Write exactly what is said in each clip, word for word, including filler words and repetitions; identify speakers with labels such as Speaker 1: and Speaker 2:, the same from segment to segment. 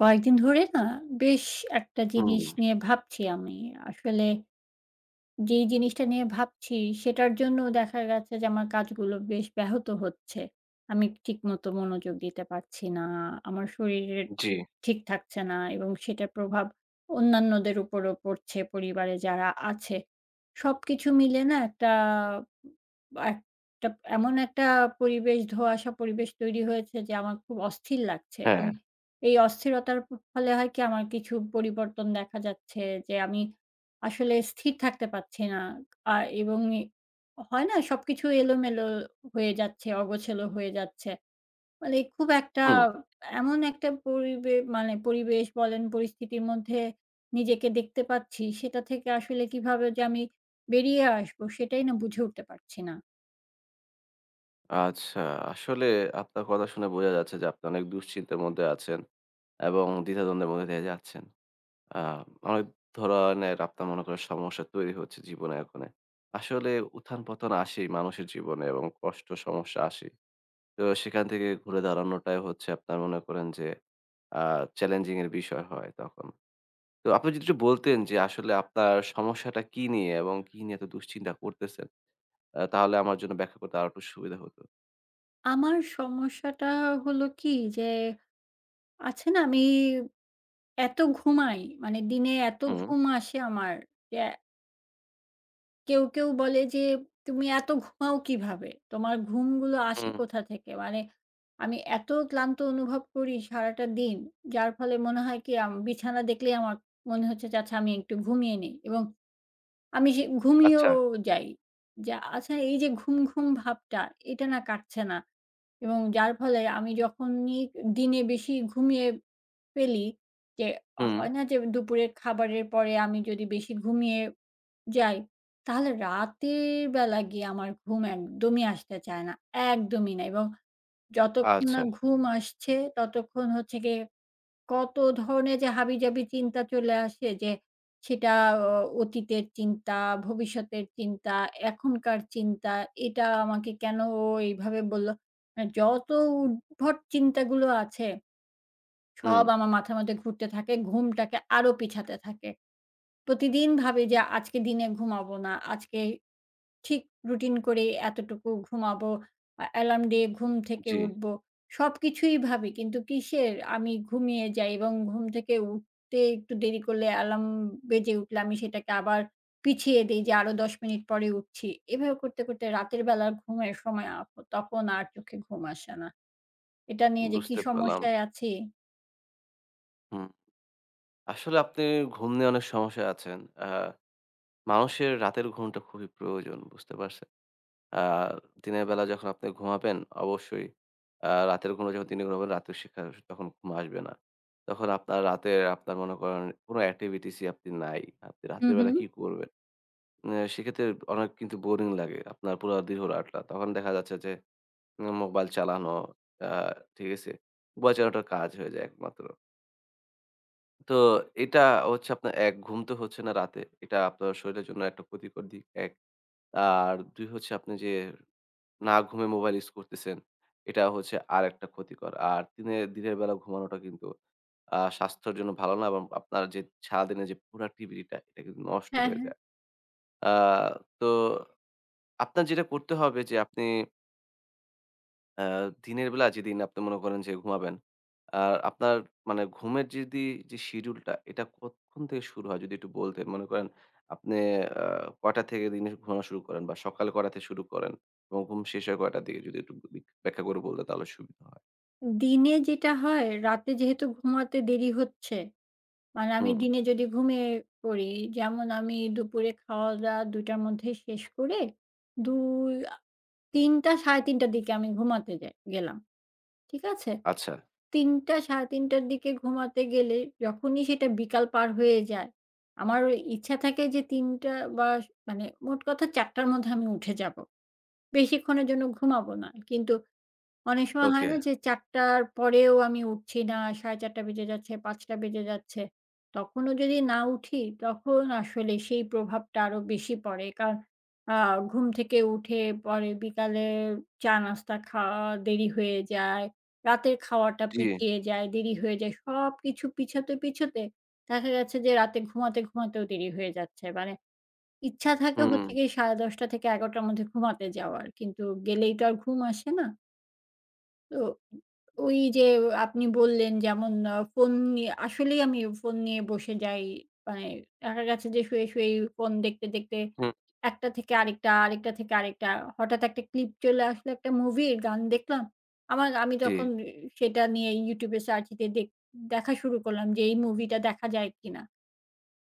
Speaker 1: কয়েকদিন ধরে না, বেশ একটা
Speaker 2: হুম,
Speaker 1: জিনিস নিয়ে ভাবছি আমি। আসলে যেই জিনিসটা নিয়ে ভাবছি সেটার জন্য দেখা গেছে যে আমার কাজগুলো বেশ ব্যাহত হচ্ছে। আমি ঠিকমতো মনোযোগ দিতে পারছি না। আমার শরীরে
Speaker 2: জি,
Speaker 1: ঠিক থাকছে না এবং সেটার প্রভাব অন্যান্যদের উপরও পড়ছে, পরিবারে যারা আছে। সবকিছু মিলে না একটা একটা এমন একটা পরিবেশ, ধোঁয়াশা পরিবেশ তৈরি হয়েছে যে আমার খুব অস্থির লাগছে এবং
Speaker 2: হ্যাঁ,
Speaker 1: এই অস্থিরতার ফলে হয় কি আমার কিছু পরিবর্তন দেখা যাচ্ছে যে আমি আসলে স্থির থাকতে পারছি না। আ এবং এ হয় না? সবকিছু এলোমেলো হয়ে যাচ্ছে, অগোছালো হয়ে যাচ্ছে। মানে খুব একটা
Speaker 2: হুম।
Speaker 1: এমন একটা পরিবে মানে পরিবেশ বলেন, পরিস্থিতির মধ্যে নিজেকে দেখতে পাচ্ছি, সেটা থেকে আসলে কিভাবে যে আমি বেরিয়ে আসবো, সেটাই না বুঝে উঠতে পারছি না।
Speaker 2: আচ্ছা, আসলে আপনার কথা শুনে বোঝা যাচ্ছে যে আপনি অনেক দুশ্চিন্তার মধ্যে আছেন এবং দ্বিধাদ্বন্দ্বের মধ্যে দিয়ে যাচ্ছেন। আ অনেক ধরনের আপনার মনে করেন সমস্যা তৈরি হচ্ছে জীবনে এখনে। আসলে উত্থান-পতন আসেই মানুষের জীবনে এবং কষ্ট সমস্যা আসেই। তো সেখান থেকে ঘুরে দাঁড়ানোটাই হচ্ছে আপনার মনে করেন যে আ চ্যালেঞ্জিং এর বিষয় হয় তখন। তো আপনি যদি একটু বলতেন যে আসলে আপনার সমস্যাটা কী নিয়ে এবং কী নিয়ে এত দুশ্চিন্তা করতেছেন? আ তাহলে আমার জন্য ব্যাখ্যা করতে আরো একটু সুবিধা হতো।
Speaker 1: আমার সমস্যাটা হলো কি? যে আছে না? আমি এত ঘুমাই, মানে দিনে এত
Speaker 2: হুম,
Speaker 1: ঘুম আসে আমার যে কেউ, কেউ বলে যে, "তুমি এত ঘুমাও কিভাবে? তোমার ঘুমগুলো আসে
Speaker 2: হুম,
Speaker 1: কোথা থেকে?" মানে আমি এত ক্লান্ত অনুভব করি সারাটা দিন, যার ফলে মনে হয় কি আম বিছানা দেখলেই আমার মনে হচ্ছে যে, "আচ্ছা আমি একটু ঘুমিয়ে নেই" এবং আমি সে ঘুমিয়েও
Speaker 2: আচ্ছা,
Speaker 1: যাই। যা আচ্ছা এই যে ঘুম, ঘুম ভাবটা এটা না কাটছে না এবং যার ফলে আমি যখনই দিনে বেশি ঘুমিয়ে ফেলি যে,
Speaker 2: হুম,
Speaker 1: হয় না যে দুপুরের খাবারের পরে আমি যদি বেশি ঘুমিয়ে যাই। তাহলে রাতের বেলা গিয়ে আমার ঘুম একদমই আসতে চায় না। একদমই না। এবং যতক্ষণ না
Speaker 2: আচ্ছা,
Speaker 1: ঘুম আসছে ততক্ষণ হচ্ছে গিয়ে কত ধরনের যে হাবিজাবি চিন্তা চলে আসে যে সেটা অ অতীতের চিন্তা, ভবিষ্যতের চিন্তা, এখনকার চিন্তা, এটা আমাকে কেন ও এইভাবে বলল? মানে যত উদ্ভট চিন্তাগুলো আছে
Speaker 2: হুম,
Speaker 1: সব আমার মাথার মধ্যে ঘুরতে থাকে। ঘুমটাকে আরো পিছাতে থাকে। প্রতিদিন ভাবি যে আজকে দিনে ঘুমাবো না। আজকে ঠিক রুটিন করে এতটুকু ঘুমাবো, আ অ্যালার্ম দিয়ে ঘুম থেকে
Speaker 2: জি,
Speaker 1: উঠবো। সবকিছুই ভাবি কিন্তু কিসের? আমি ঘুমিয়ে যাই এবং ঘুম থেকে উঠতে একটু দেরি করলে অ্যালার্ম বেজে উঠলে আমি সেটাকে আবার পিছিয়ে দেই যে আরো দশ মিনিট পরে উঠছি। এভাবে করতে, করতে রাতের বেলার ঘুমের সময় আ তখন আর চোখে ঘুম আসে না। এটা নিয়ে যে কি
Speaker 2: বুঝতে পারলাম।
Speaker 1: সমস্যায় আছি।
Speaker 2: হুম, আসলে আপনি ঘুম নিয়ে অনেক সমস্যায় আছেন। আ মানুষের রাতের ঘুমটা খুবই প্রয়োজন, বুঝতে পারছেন? আ দিনের বেলা যখন আপনি ঘুমাবেন অবশ্যই আ রাতের ঘুমটা যখন দিনে ঘুমাবেন রাতে সেখা তখন ঘুম আসবে না। তখন আপনার রাতে আপনার মনে করেন কোনো অ্যাক্টিভিটিস ই আপনি নাই। আপনি
Speaker 1: হুম,
Speaker 2: রাতের বেলা
Speaker 1: হুম।
Speaker 2: কি করবেন? এ সেক্ষেত্রে অনেক কিন্তু বোরিং লাগে আপনার পুরা দীর্ঘ রাতটা। তখন দেখা যাচ্ছে যে উম মোবাইল চালানো আ ঠিক আছে? মোবাইল চালানোটার কাজ হয়ে যায় একমাত্র। তো এটা হচ্ছে আপনার এক ঘুম তো হচ্ছে না রাতে। এটা আপনার শরীরের জন্য একটা ক্ষতিকর দিক এক। আর দুই হচ্ছে আপনি যে না ঘুমিয়ে মোবাইল ইউজ করতেছেন, এটা হচ্ছে আরেকটা ক্ষতিকর। আর দিনে দিনের বেলা ঘুমানোটা কিন্তু আ স্বাস্থ্যের জন্য ভালো না এবং আপনার যে সারাদিনের যে প্রোডাক্টিভিটিটা এটা কিন্তু নষ্ট
Speaker 1: হ্যাঁ,
Speaker 2: হয়ে
Speaker 1: হ্যাঁ।
Speaker 2: যায়। আ তো আপনার যেটা করতে হবে যে আপনি দিনের বেলা যেদিন আপনি মনে করেন যে ঘুমাবেন, আর আপনার মানে ঘুমের যদি যে শিডিউলটা এটা কতক্ষণ থেকে শুরু হয়? যদি একটু বলতেন। মনে করেন আপনি আ কয়টা থেকে দিনে ঘুমানো শুরু করেন বা সকালে কয়টা থেকে শুরু করেন এবং ঘুম শেষ হয় কয়টার দিকে? যদি একটু বি ব্যাখ্যা করে বললে তাহলে সুবিধা হয়।
Speaker 1: দিনে যেটা হয় রাতে যেহেতু ঘুমাতে দেরি হচ্ছে, মানে আমি
Speaker 2: হুম,
Speaker 1: দিনে যদি ঘুমিয়ে পড়ি, যেমন আমি দুপুরে খাওয়া-দাওয়া দুইটার টার মধ্যে শেষ করে দুই আ ৩টা সাড়ে তিনটা টার দিকে আমি ঘুমাতে যাই গেলাম। ঠিক আছে?
Speaker 2: আচ্ছা।
Speaker 1: ৩টা সাড়ে তিনটা টার দিকে ঘুমাতে গেলে যখনই সেটা বিকাল পার হয়ে যায়, আমার ওই ইচ্ছা থাকে যে ৩টা বা স মানে মোট কথা চারটার টার মধ্যে আমি উঠে যাব। বেশিক্ষণের জন্য ঘুমাবো না। কিন্তু অনেক সময় হয়
Speaker 2: ওকে।
Speaker 1: না যে চারটা র পরেও আমি উঠছি না, সাড়ে চারটা বেজে যাচ্ছে, পাঁচটা বেজে যাচ্ছে। তখনও যদি না উঠি, তখন আসলে সেই প্রভাবটা আরো বেশি পড়ে। কারণ আ ঘুম থেকে উঠে পরে বিকালে চা-নাস্তা খাওয়া দেরি হয়ে যায়। রাতের খাওয়াটা
Speaker 2: জি।
Speaker 1: পিছিয়ে যায়, দেরি হয়ে যায়। সবকিছু পিছাতে, পিছাতে দেখা গেছে যে রাতে ঘুমাতে, ঘুমাতেও দেরি হয়ে যাচ্ছে। মানে ইচ্ছা থাকে
Speaker 2: হুম, হুম।
Speaker 1: হচ্ছে গিয়ে সাড়ে দশটা থেকে এগারোটা র মধ্যে ঘুমাতে যাওয়ার। কিন্তু গেলেই তো আর ঘুম আসে না। তো ওই যে আপনি বললেন যেমন আ ফোন নিয়ে আসলেই আমি ফোন নিয়ে বসে যাই। মানে দেখা গেছে যে শুয়ে, শুয়েই ফোন দেখতে, দেখতে একটা থেকে আরেকটা, আরেকটা থেকে আরেকটা। হঠাৎ একটা ক্লিপ চলে আসলো, একটা মুভির গান দেখলাম। আমার আমি
Speaker 2: জি।
Speaker 1: তখন সেটা নিয়ে YouTube এ সার্চ দিয়ে দেখ দেখা শুরু করলাম যে এই মুভিটা দেখা যায় কিনা।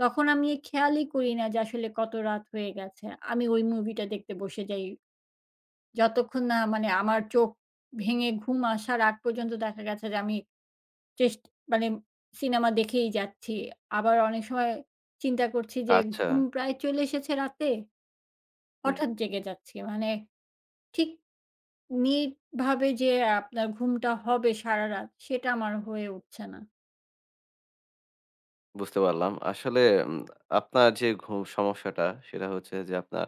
Speaker 1: তখন আমি খেয়ালই করি না যে আসলে কত রাত হয়ে গেছে। আমি ওই মুভিটা দেখতে বসে যাই। যতক্ষণ না মানে আমার চোখ ভেঙে ঘুম আসার আগ পর্যন্ত দেখা গেছে যে আমি চেষ্ট মানে সিনেমা দেখেই যাচ্ছি। আবার অনেক সময় চিন্তা করছি যে
Speaker 2: আচ্ছা।
Speaker 1: ঘুম প্রায় চলে এসেছে রাতে,
Speaker 2: হুম।
Speaker 1: হঠাৎ জেগে যাচ্ছি। মানে ঠিক নিটভাবে যে আপনার ঘুমটা হবে সারারাত, সেটা আমার হয়ে উঠছে না।
Speaker 2: বুঝতে পারলাম। আসলে উম আপনার যে ঘুম সমস্যাটা সেটা হচ্ছে যে আপনার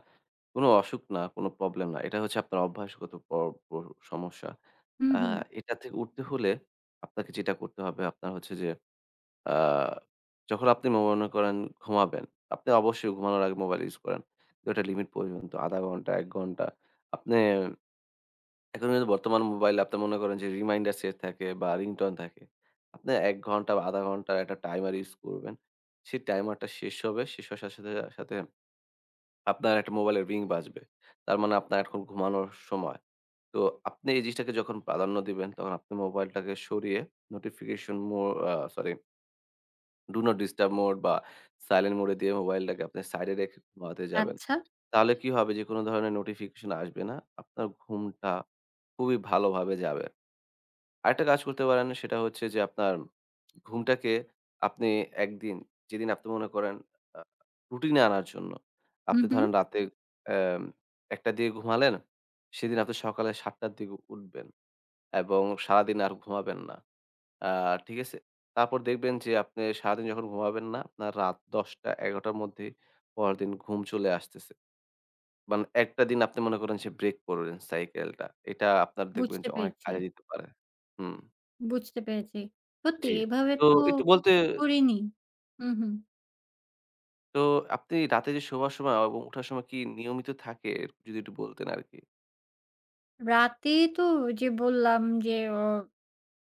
Speaker 2: কোনো অসুখ না, কোনো প্রবলেম না। এটা হচ্ছে আপনার অভ্যাসগত প প সমস্যা।
Speaker 1: হুম,
Speaker 2: আ
Speaker 1: হুম।
Speaker 2: এটা থেকে উঠতে হলে আপনাকে যেটা করতে হবে আপনার হচ্ছে যে আ যখন আপনি মনে করেন ঘুমাবেন, আপনি অবশ্যই ঘুমানোর আগে মোবাইল ইউজ করেন। কিন্তু একটা লিমিট পর্যন্ত আধা ঘন্টা, এক ঘন্টা। আপনি এখন কিন্তু বর্তমান মোবাইলে আপনি মনে করেন যে রিমাইন্ডার সেট থাকে বা রিংটোন থাকে। আপনি এক ঘন্টা বা আধা ঘন্টার একটা টাইমার ইউজ করবেন। সেই টাইমারটা শেষ হবে। শেষ হওয়ার সাথে, সাথে, সাথে আপনার একটা মোবাইলের রিং বাজবে। তার মানে আপনার এখন ঘুমানোর সময়। তো আপনি এই জিনিসটাকে যখন প্রাধান্য দিবেন তখন আপনি মোবাইলটাকে সরিয়ে নোটিফিকেশন মো আ sorry, do not disturb mode বা সাইলেন্ট মোড এ দিয়ে মোবাইলটাকে আপনি সাইডে রেখে ঘুমাতে যাবেন।
Speaker 1: আচ্ছা।
Speaker 2: তাহলে কি হবে যে কোনো ধরনের নোটিফিকেশন আসবে না। আপনার ঘুমটা খুবই ভালোভাবে যাবে। আরেকটা কাজ করতে পারেন সেটা হচ্ছে যে আপনার ঘুমটাকে আপনি একদিন যেদিন আপনি মনে করেন আ রুটিনে আনার জন্য
Speaker 1: হুম,
Speaker 2: আপনি
Speaker 1: হুম।
Speaker 2: ধরেন রাতে অ্যাম একটা র দিকে ঘুমালেন, সেদিন আপনি সকালে সাতটা র দিকে উঠবেন এবং সারাদিন আর ঘুমাবেন না। আ ঠিক আছে? তারপর দেখবেন যে আপনি সারাদিন যখন ঘুমাবেন না, আপনার রাত দশটা থেকে এগারোটা র মধ্যেই পরের দিন ঘুম চলে আসতেছে। মানে একটা দিন আপনি মনে করেন যে ব্রেক করলেন সাইকেলটা। এটা আপনার দেখবেন
Speaker 1: বুঝতে
Speaker 2: যে অনেক
Speaker 1: পেরেছি,
Speaker 2: কাজে দিতে পারে। হুম।
Speaker 1: বুঝতে পেরেছি। সত্যি
Speaker 2: জি।
Speaker 1: এভাবে
Speaker 2: তো
Speaker 1: তো
Speaker 2: একটু বলতে
Speaker 1: করিনি। হুম, হুম।
Speaker 2: তো আপনি রাতে যে শোবার সময় এবং ওঠার সময় কি নিয়মিত থাকে? যদি একটু বলতেন আরকি।
Speaker 1: রাতে তো ওই যে বললাম যে অ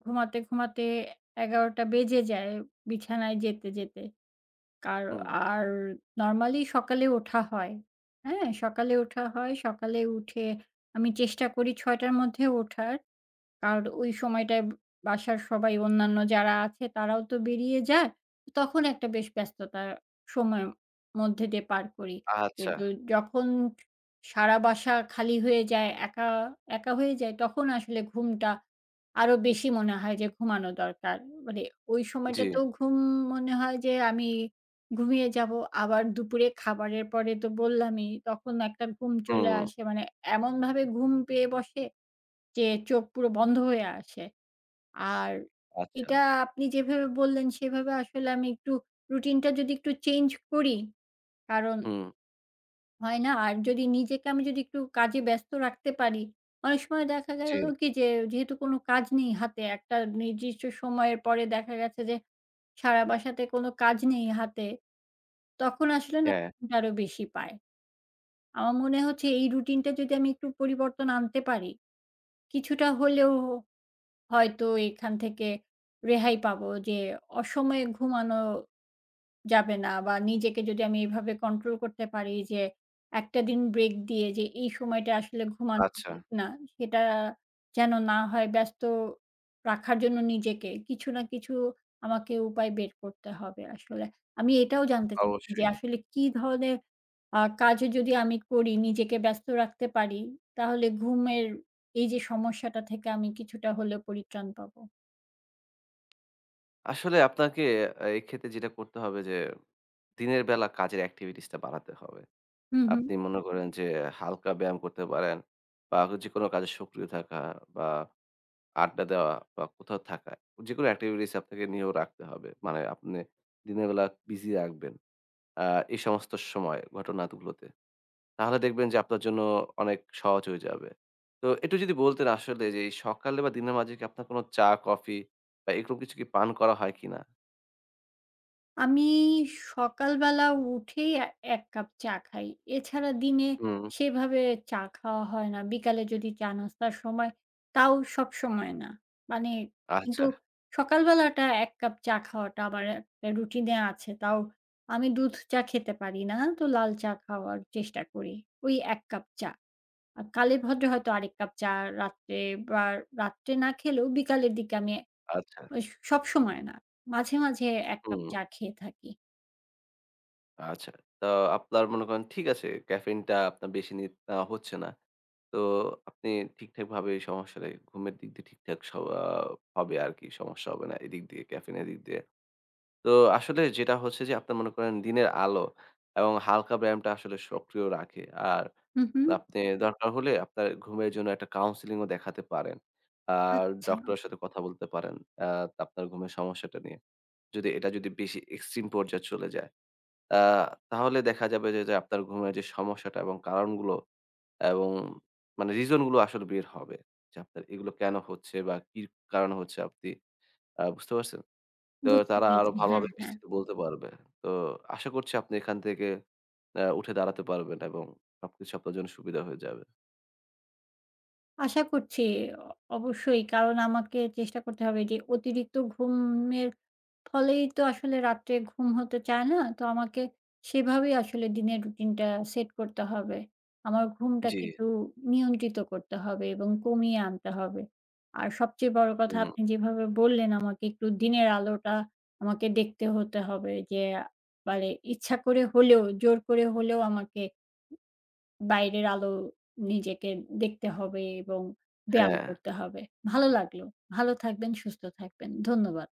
Speaker 1: ঘুমাতে, ঘুমাতে এগারোটা বেজে যায় বিছানায় যেতে, যেতে। কার
Speaker 2: হুম।
Speaker 1: আর নরমালি সকালে ওঠা হয়। হ্যাঁ? সকালে ওঠা হয়। সকালে উঠে আমি চেষ্টা করি ছয়টা টার মধ্যে ওঠার। কারণ ওই সময়টায় বাসার সবাই, অন্যান্য যারা আছে তারাও তো বেরিয়ে যায়। তখন একটা বেশ ব্যস্ততার সময়ের মধ্যে দিয়ে পার করি।
Speaker 2: আচ্ছা।
Speaker 1: কিন্তু যখন সারা বাসা খালি হয়ে যায়, একা, একা হয়ে যায় তখন আসলে ঘুমটা আরো বেশি মনে হয় যে ঘুমানো দরকার। মানে ওই
Speaker 2: জি।
Speaker 1: সময়টাতেও ঘুম মনে হয় যে আমি ঘুমিয়ে যাবো। আবার দুপুরে খাবারের পরে তো বললামই তখন একটা ঘুম চলে
Speaker 2: হুম।
Speaker 1: আসে। মানে এমনভাবে ঘুম পেয়ে বসে যে চোখ পুরো বন্ধ হয়ে আসে। আর
Speaker 2: আচ্ছা।
Speaker 1: এটা আপনি যেভাবে বললেন সেভাবে আসলে আমি একটু রুটিনটা যদি একটু চেঞ্জ করি, কারণ
Speaker 2: হুম।
Speaker 1: হয় না? আর যদি নিজেকে, আমি যদি একটু কাজে ব্যস্ত রাখতে পারি, অনেক সময় দেখা
Speaker 2: জি।
Speaker 1: গেল কি যে যেহেতু কোনো কাজ নেই হাতে, একটা নির্দিষ্ট সময়ের পরে দেখা গেছে যে সারা বাসাতে কোনো কাজ নেই হাতে, তখন আসলে না
Speaker 2: হ্যাঁ।
Speaker 1: ঘুমটা আরো বেশি পায়। আমার মনে হচ্ছে এই রুটিনটা যদি আমি একটু পরিবর্তন আনতে পারি, কিছুটা হলেও হয়তো এখান থেকে রেহাই পাবো যে অসময়ে ঘুমানো যাবে না, বা নিজেকে যদি আমি এভাবে কন্ট্রোল করতে পারি যে একটা দিন ব্রেক দিয়ে যে এই সময়টা আসলে ঘুমানো
Speaker 2: আচ্ছা।
Speaker 1: ঠিক না, সেটা যেন না হয়, ব্যস্ত রাখার জন্য নিজেকে কিছু না কিছু আমাকে উপায় বের করতে হবে আসলে। আমি এটাও জানতে চাচ্ছি যে
Speaker 2: অবশ্যই।
Speaker 1: আসলে কি ধরনের আ কাজ যদি আমি করি, নিজেকে ব্যস্ত রাখতে পারি তাহলে ঘুমের এই যে সমস্যাটা থেকে আমি কিছুটা হলেও পরিত্রাণ পাবো?
Speaker 2: আসলে আপনাকে আ এক্ষেত্রে যেটা করতে হবে যে দিনের বেলা কাজের activities টা বাড়াতে হবে।
Speaker 1: হুম, হুম।
Speaker 2: আপনি মনে করেন যে হালকা ব্যায়াম করতে পারেন বা যেকোনো কাজে সক্রিয় থাকা বা আড্ডা দেওয়া বা কোথাও থাকা। যেকোনো activities আপনাকে নিয়েও রাখতে হবে। মানে আপনি দিনের বেলা বিজি রাখবেন। আ এই সমস্ত সময় ঘটনাগুলোতে। তাহলে দেখবেন যে আপনার জন্য অনেক সহজ হয়ে যাবে। তো একটু যদি বলতেন আসলে যে এই সকালে বা দিনের মাঝে কি আপনার কোনো চা, কফি বা এরকম কিছু কি পান করা হয় কিনা?
Speaker 1: আমি সকালবেলা উঠেই এ এক কাপ চা খাই। এছাড়া দিনে
Speaker 2: হুম।
Speaker 1: সেভাবে চা খাওয়া হয় না। বিকালে যদি চা নাস্তার সময়, তাও সবসময় না। মানে
Speaker 2: আচ্ছা,
Speaker 1: কিন্তু সকালবেলাটা এক কাপ চা খাওয়াটা আমার একটা রুটিনে আছে। তাও আমি দুধ চা খেতে পারি না, তো লাল চা খাওয়ার চেষ্টা করি। ওই এক কাপ চা। আর কালে ভদ্রে হয়তো আরেক কাপ চা রাত্রে, বা রাত্রে না খেলেও বিকালের দিকে আমি,
Speaker 2: আচ্ছা।
Speaker 1: ওই সবসময় না, মাঝে, মাঝে এক কাপ
Speaker 2: হুম।
Speaker 1: চা খেয়ে থাকি।
Speaker 2: আচ্ছা। তো আপনার মনে করেন ঠিক আছে ক্যাফেইনটা আপনার বেশি নি নেওয়া হচ্ছে না। তো আপনি ঠিকঠাকভাবে সমস্যাটা ঘুমের দিক দিয়ে ঠিকঠাক স আ হবে আরকি। সমস্যা হবে না এদিক দিয়ে ক্যাফেইনের দিক দিয়ে। তো আসলে যেটা হচ্ছে যে আপনার মনে করেন দিনের আলো এবং হালকা ব্যায়ামটা আসলে সক্রিয় রাখে। আর
Speaker 1: হুম, হুম।
Speaker 2: আপনি দরকার হলে আপনার ঘুমের জন্য একটা কাউন্সেলিং ও দেখাতে পারেন। আর
Speaker 1: আচ্ছা।
Speaker 2: ডক্টরের সাথে কথা বলতে পারেন। আ আপনার ঘুমের সমস্যাটা নিয়ে। যদি এটা যদি বেশি এক্সট্রিম পর্যায়ে চলে যায়। আ তাহলে দেখা যাবে যে, যে আপনার ঘুমের যে সমস্যাটা এবং কারণগুলো এবং মানে রিজন গুলো আসলে বের হবে। যে আপনার এগুলো কেন হচ্ছে বা কি কারণে হচ্ছে আপনি আ বুঝতে পারছেন? তো
Speaker 1: বুঝতে
Speaker 2: তারা আরো
Speaker 1: পেরেছি।
Speaker 2: হুম।
Speaker 1: হ্যাঁ,
Speaker 2: ভালোভাবে
Speaker 1: হ্যাঁ।
Speaker 2: বিস্তৃত বলতে পারবে। তো আশা করছি আপনি এখান থেকে আ উঠে দাঁড়াতে পারবেন এবং সবকিছু আপনার জন্য সুবিধা হয়ে যাবে।
Speaker 1: আশা করছি অ অবশ্যই, কারণ আমাকে চেষ্টা করতে হবে যে অতিরিক্ত ঘুমের ফলেই তো আসলে রাত্রে ঘুম হতে চায় না। তো আমাকে সেভাবেই আসলে দিনের রুটিনটা সেট করতে হবে। আমার
Speaker 2: জি,
Speaker 1: ঘুমটাকে একটু নিয়ন্ত্রিত করতে হবে এবং কমিয়ে আনতে হবে। আর সবচেয়ে বড় কথা
Speaker 2: হুম,
Speaker 1: আপনি যেভাবে বললেন আমাকে একটু দিনের আলোটা আমাকে দেখতে হতে হবে যে, মানে ইচ্ছা করে হলেও, জোর করে হলেও আমাকে বাইরের আলো নিজেকে দেখতে হবে এবং ব্যায়াম
Speaker 2: হ্যাঁ।
Speaker 1: করতে হবে। ভালো লাগলো। ভালো থাকবেন, সুস্থ থাকবেন। ধন্যবাদ।